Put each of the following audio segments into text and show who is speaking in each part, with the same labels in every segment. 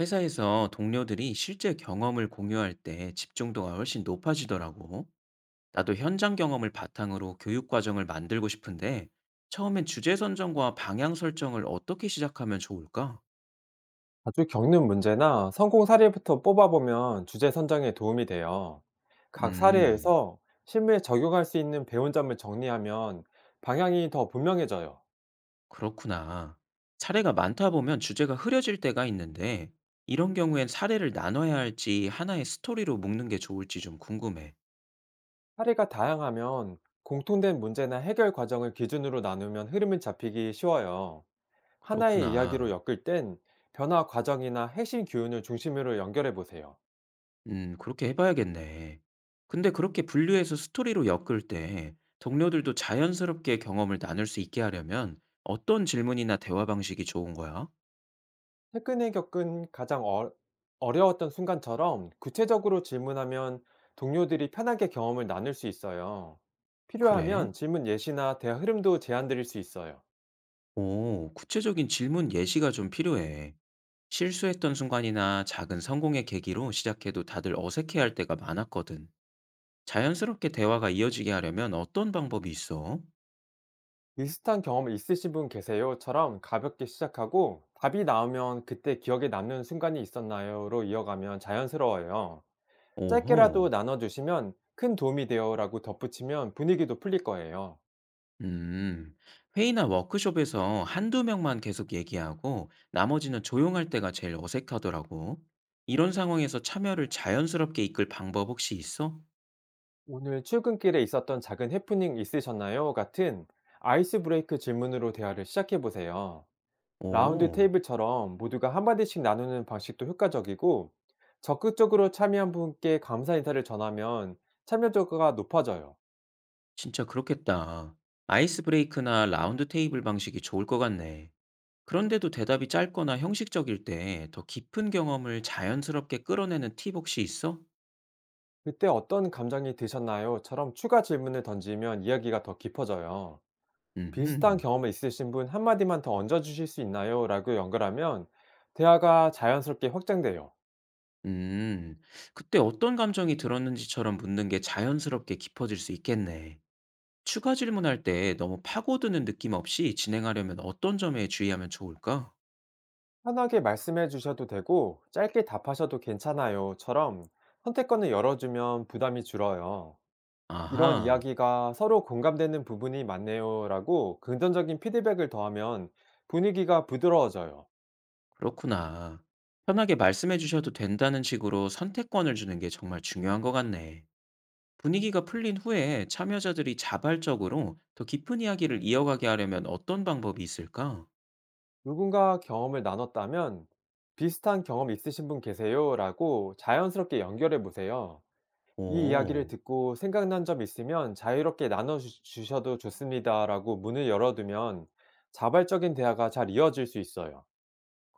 Speaker 1: 회사에서 동료들이 실제 경험을 공유할 때 집중도가 훨씬 높아지더라고. 나도 현장 경험을 바탕으로 교육 과정을 만들고 싶은데, 처음엔 주제 선정과 방향 설정을 어떻게 시작하면 좋을까?
Speaker 2: 자주 겪는 문제나 성공 사례부터 뽑아보면 주제 선정에 도움이 돼요. 각
Speaker 1: 음,
Speaker 2: 사례에서 실무에 적용할 수 있는 배운 점을 정리하면 방향이 더 분명해져요.
Speaker 1: 그렇구나. 사례가 많다 보면 주제가 흐려질 때가 있는데, 이런 경우엔 사례를 나눠야 할지 하나의 스토리로 묶는 게 좋을지 좀 궁금해.
Speaker 2: 사례가 다양하면 공통된 문제나 해결 과정을 기준으로 나누면 흐름을 잡히기 쉬워요. 하나의 이야기로
Speaker 1: 그렇구나.
Speaker 2: 엮을 땐 변화 과정이나 핵심 기운을 중심으로 연결해 보세요.
Speaker 1: 그렇게 해 봐야겠네. 근데 그렇게 분류해서 스토리로 엮을 때 동료들도 자연스럽게 경험을 나눌 수 있게 하려면 어떤 질문이나 대화 방식이 좋은 거야?
Speaker 2: 최근에 겪은 가장 어려웠던 순간처럼 구체적으로 질문하면 동료들이 편하게 경험을 나눌 수 있어요.
Speaker 1: 그래?
Speaker 2: 필요하면 질문 예시나 대화 흐름도 제안 드릴 수 있어요.
Speaker 1: 오, 구체적인 질문 예시가 좀 필요해. 실수했던 순간이나 작은 성공의 계기로 시작해도 다들 어색해할 때가 많았거든. 자연스럽게 대화가 이어지게 하려면 어떤 방법이 있어?
Speaker 2: "비슷한 경험 있으신 분 계세요?"처럼 가볍게 시작하고 답이 나오면 "그때 기억에 남는 순간이 있었나요?"로 이어가면 자연스러워요.
Speaker 1: 오호.
Speaker 2: 짧게라도 나눠 주시면 "큰 도움이 돼요."라고 덧붙이면 분위기도 풀릴 거예요.
Speaker 1: 음, 회의나 워크숍에서 한두 명만 계속 얘기하고 나머지는 조용할 때가 제일 어색하더라고. 이런 상황에서 참여를 자연스럽게 이끌 방법 혹시 있어?
Speaker 2: 오늘 출근길에 있었던 작은 해프닝 있으셨나요? 같은 아이스 브레이크 질문으로 대화를 시작해 보세요. 라운드
Speaker 1: 오,
Speaker 2: 테이블처럼 모두가 한마디씩 나누는 방식도 효과적이고 적극적으로 참여한 분께 감사 인사를 전하면 참여도가 높아져요.
Speaker 1: 진짜 그렇겠다. 아이스 브레이크나 라운드 테이블 방식이 좋을 것 같네. 그런데도 대답이 짧거나 형식적일 때 더 깊은 경험을 자연스럽게 끌어내는 팁 혹시 있어?
Speaker 2: 그때 어떤 감정이 드셨나요?처럼 추가 질문을 던지면 이야기가 더 깊어져요. 비슷한
Speaker 1: 음,
Speaker 2: 경험 있으신 분 한마디만 더 얹어주실 수 있나요? 라고 연결하면 대화가 자연스럽게 확장돼요.
Speaker 1: 음, 그때 어떤 감정이 들었는지처럼 묻는 게 자연스럽게 깊어질 수 있겠네. 추가 질문할 때 너무 파고드는 느낌 없이 진행하려면 어떤 점에 주의하면 좋을까?
Speaker 2: 편하게 말씀해 주셔도 되고, 짧게 답하셔도 괜찮아요.처럼 선택권을 열어주면 부담이 줄어요. 이런
Speaker 1: 아하,
Speaker 2: 이야기가 서로 공감되는 부분이 많네요라고 긍정적인 피드백을 더하면 분위기가 부드러워져요.
Speaker 1: 그렇구나. 편하게 말씀해 주셔도 된다는 식으로 선택권을 주는 게 정말 중요한 것 같네. 분위기가 풀린 후에 참여자들이 자발적으로 더 깊은 이야기를 이어가게 하려면 어떤 방법이 있을까?
Speaker 2: 누군가 경험을 나눴다면 비슷한 경험 있으신 분 계세요라고 자연스럽게 연결해 보세요. 이 이야기를
Speaker 1: 오,
Speaker 2: 듣고 생각난 점 있으면 자유롭게 나눠주셔도 좋습니다라고 문을 열어두면 자발적인 대화가 잘 이어질 수 있어요.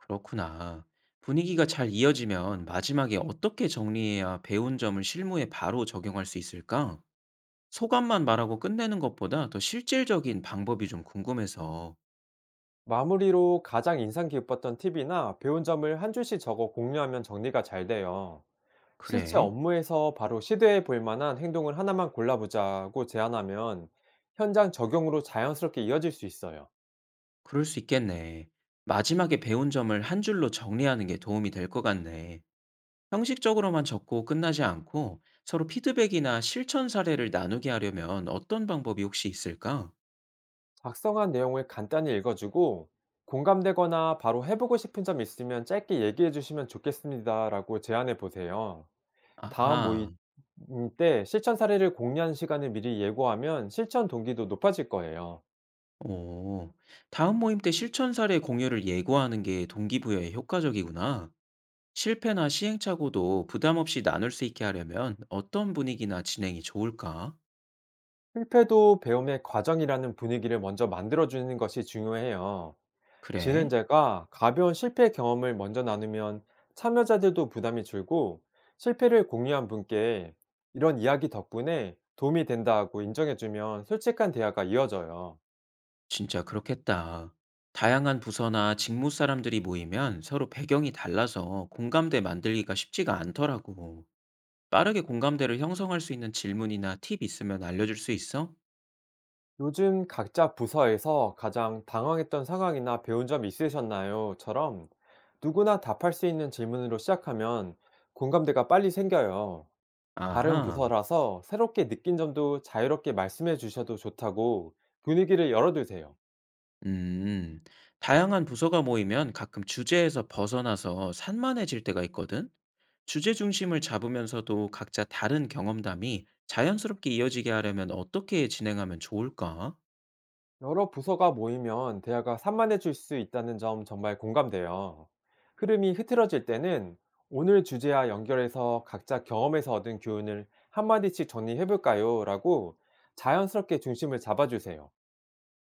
Speaker 1: 그렇구나. 분위기가 잘 이어지면 마지막에 어떻게 정리해야 배운 점을 실무에 바로 적용할 수 있을까? 소감만 말하고 끝내는 것보다 더 실질적인 방법이 좀 궁금해서.
Speaker 2: 마무리로 가장 인상 깊었던 팁이나 배운 점을 한 줄씩 적어 공유하면 정리가 잘 돼요. 실제
Speaker 1: 그래?
Speaker 2: 업무에서 바로 시도해 볼 만한 행동을 하나만 골라보자고 제안하면 현장 적용으로 자연스럽게 이어질 수 있어요.
Speaker 1: 그럴 수 있겠네. 마지막에 배운 점을 한 줄로 정리하는 게 도움이 될 것 같네. 형식적으로만 적고 끝나지 않고 서로 피드백이나 실천 사례를 나누게 하려면 어떤 방법이 혹시 있을까?
Speaker 2: 작성한 내용을 간단히 읽어주고 공감되거나 바로 해보고 싶은 점 있으면 짧게 얘기해 주시면 좋겠습니다라고 제안해 보세요. 다음 모임
Speaker 1: 아하,
Speaker 2: 때 실천 사례를 공유하는 시간을 미리 예고하면 실천 동기도 높아질 거예요.
Speaker 1: 오. 다음 모임 때 실천 사례 공유를 예고하는 게 동기부여에 효과적이구나. 실패나 시행착오도 부담 없이 나눌 수 있게 하려면 어떤 분위기나 진행이 좋을까?
Speaker 2: 실패도 배움의 과정이라는 분위기를 먼저 만들어주는 것이 중요해요.
Speaker 1: 그래?
Speaker 2: 진행자가 가벼운 실패 경험을 먼저 나누면 참여자들도 부담이 줄고 실패를 공유한 분께 이런 이야기 덕분에 도움이 된다고 인정해주면 솔직한 대화가 이어져요.
Speaker 1: 진짜 그렇겠다. 다양한 부서나 직무 사람들이 모이면 서로 배경이 달라서 공감대 만들기가 쉽지가 않더라고. 빠르게 공감대를 형성할 수 있는 질문이나 팁 있으면 알려줄 수 있어?
Speaker 2: 요즘 각자 부서에서 가장 당황했던 상황이나 배운 점 있으셨나요?처럼 누구나 답할 수 있는 질문으로 시작하면 공감대가 빨리 생겨요. 다른
Speaker 1: 아하,
Speaker 2: 부서라서 새롭게 느낀 점도 자유롭게 말씀해 주셔도 좋다고 분위기를 열어두세요.
Speaker 1: 음, 다양한 부서가 모이면 가끔 주제에서 벗어나서 산만해질 때가 있거든? 주제 중심을 잡으면서도 각자 다른 경험담이 자연스럽게 이어지게 하려면 어떻게 진행하면 좋을까?
Speaker 2: 여러 부서가 모이면 대화가 산만해질 수 있다는 점 정말 공감돼요. 흐름이 흐트러질 때는 오늘 주제와 연결해서 각자 경험에서 얻은 교훈을 한마디씩 정리해 볼까요? 라고 자연스럽게 중심을 잡아주세요.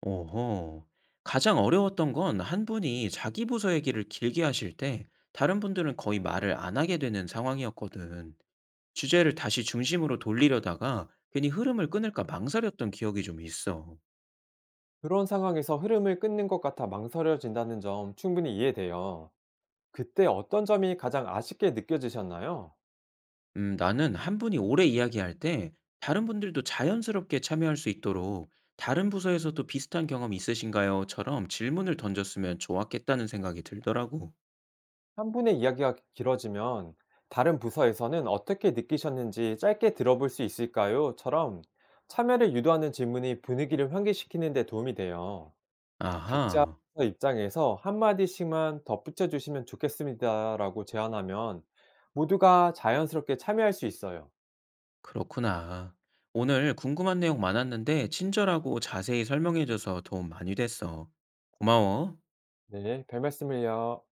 Speaker 1: 오호. 가장 어려웠던 건 한 분이 자기 부서 얘기를 길게 하실 때 다른 분들은 거의 말을 안 하게 되는 상황이었거든. 주제를 다시 중심으로 돌리려다가 괜히 흐름을 끊을까 망설였던 기억이 좀 있어.
Speaker 2: 그런 상황에서 흐름을 끊는 것 같아 망설여진다는 점 충분히 이해돼요. 그때 어떤 점이 가장 아쉽게 느껴지셨나요?
Speaker 1: 나는 한 분이 오래 이야기할 때 다른 분들도 자연스럽게 참여할 수 있도록 "다른 부서에서도 비슷한 경험 있으신가요?"처럼 질문을 던졌으면 좋았겠다는 생각이 들더라고.
Speaker 2: 한 분의 이야기가 길어지면 다른 부서에서는 어떻게 느끼셨는지 짧게 들어볼 수 있을까요?처럼 참여를 유도하는 질문이 분위기를 환기시키는 데 도움이 돼요. 각자
Speaker 1: 아하.
Speaker 2: 입장에서 한마디씩만 덧붙여 주시면 좋겠습니다라고 제안하면 모두가 자연스럽게 참여할 수 있어요.
Speaker 1: 그렇구나. 오늘 궁금한 내용 많았는데 친절하고 자세히 설명해줘서 도움 많이 됐어. 고마워.
Speaker 2: 네, 별 말씀을요.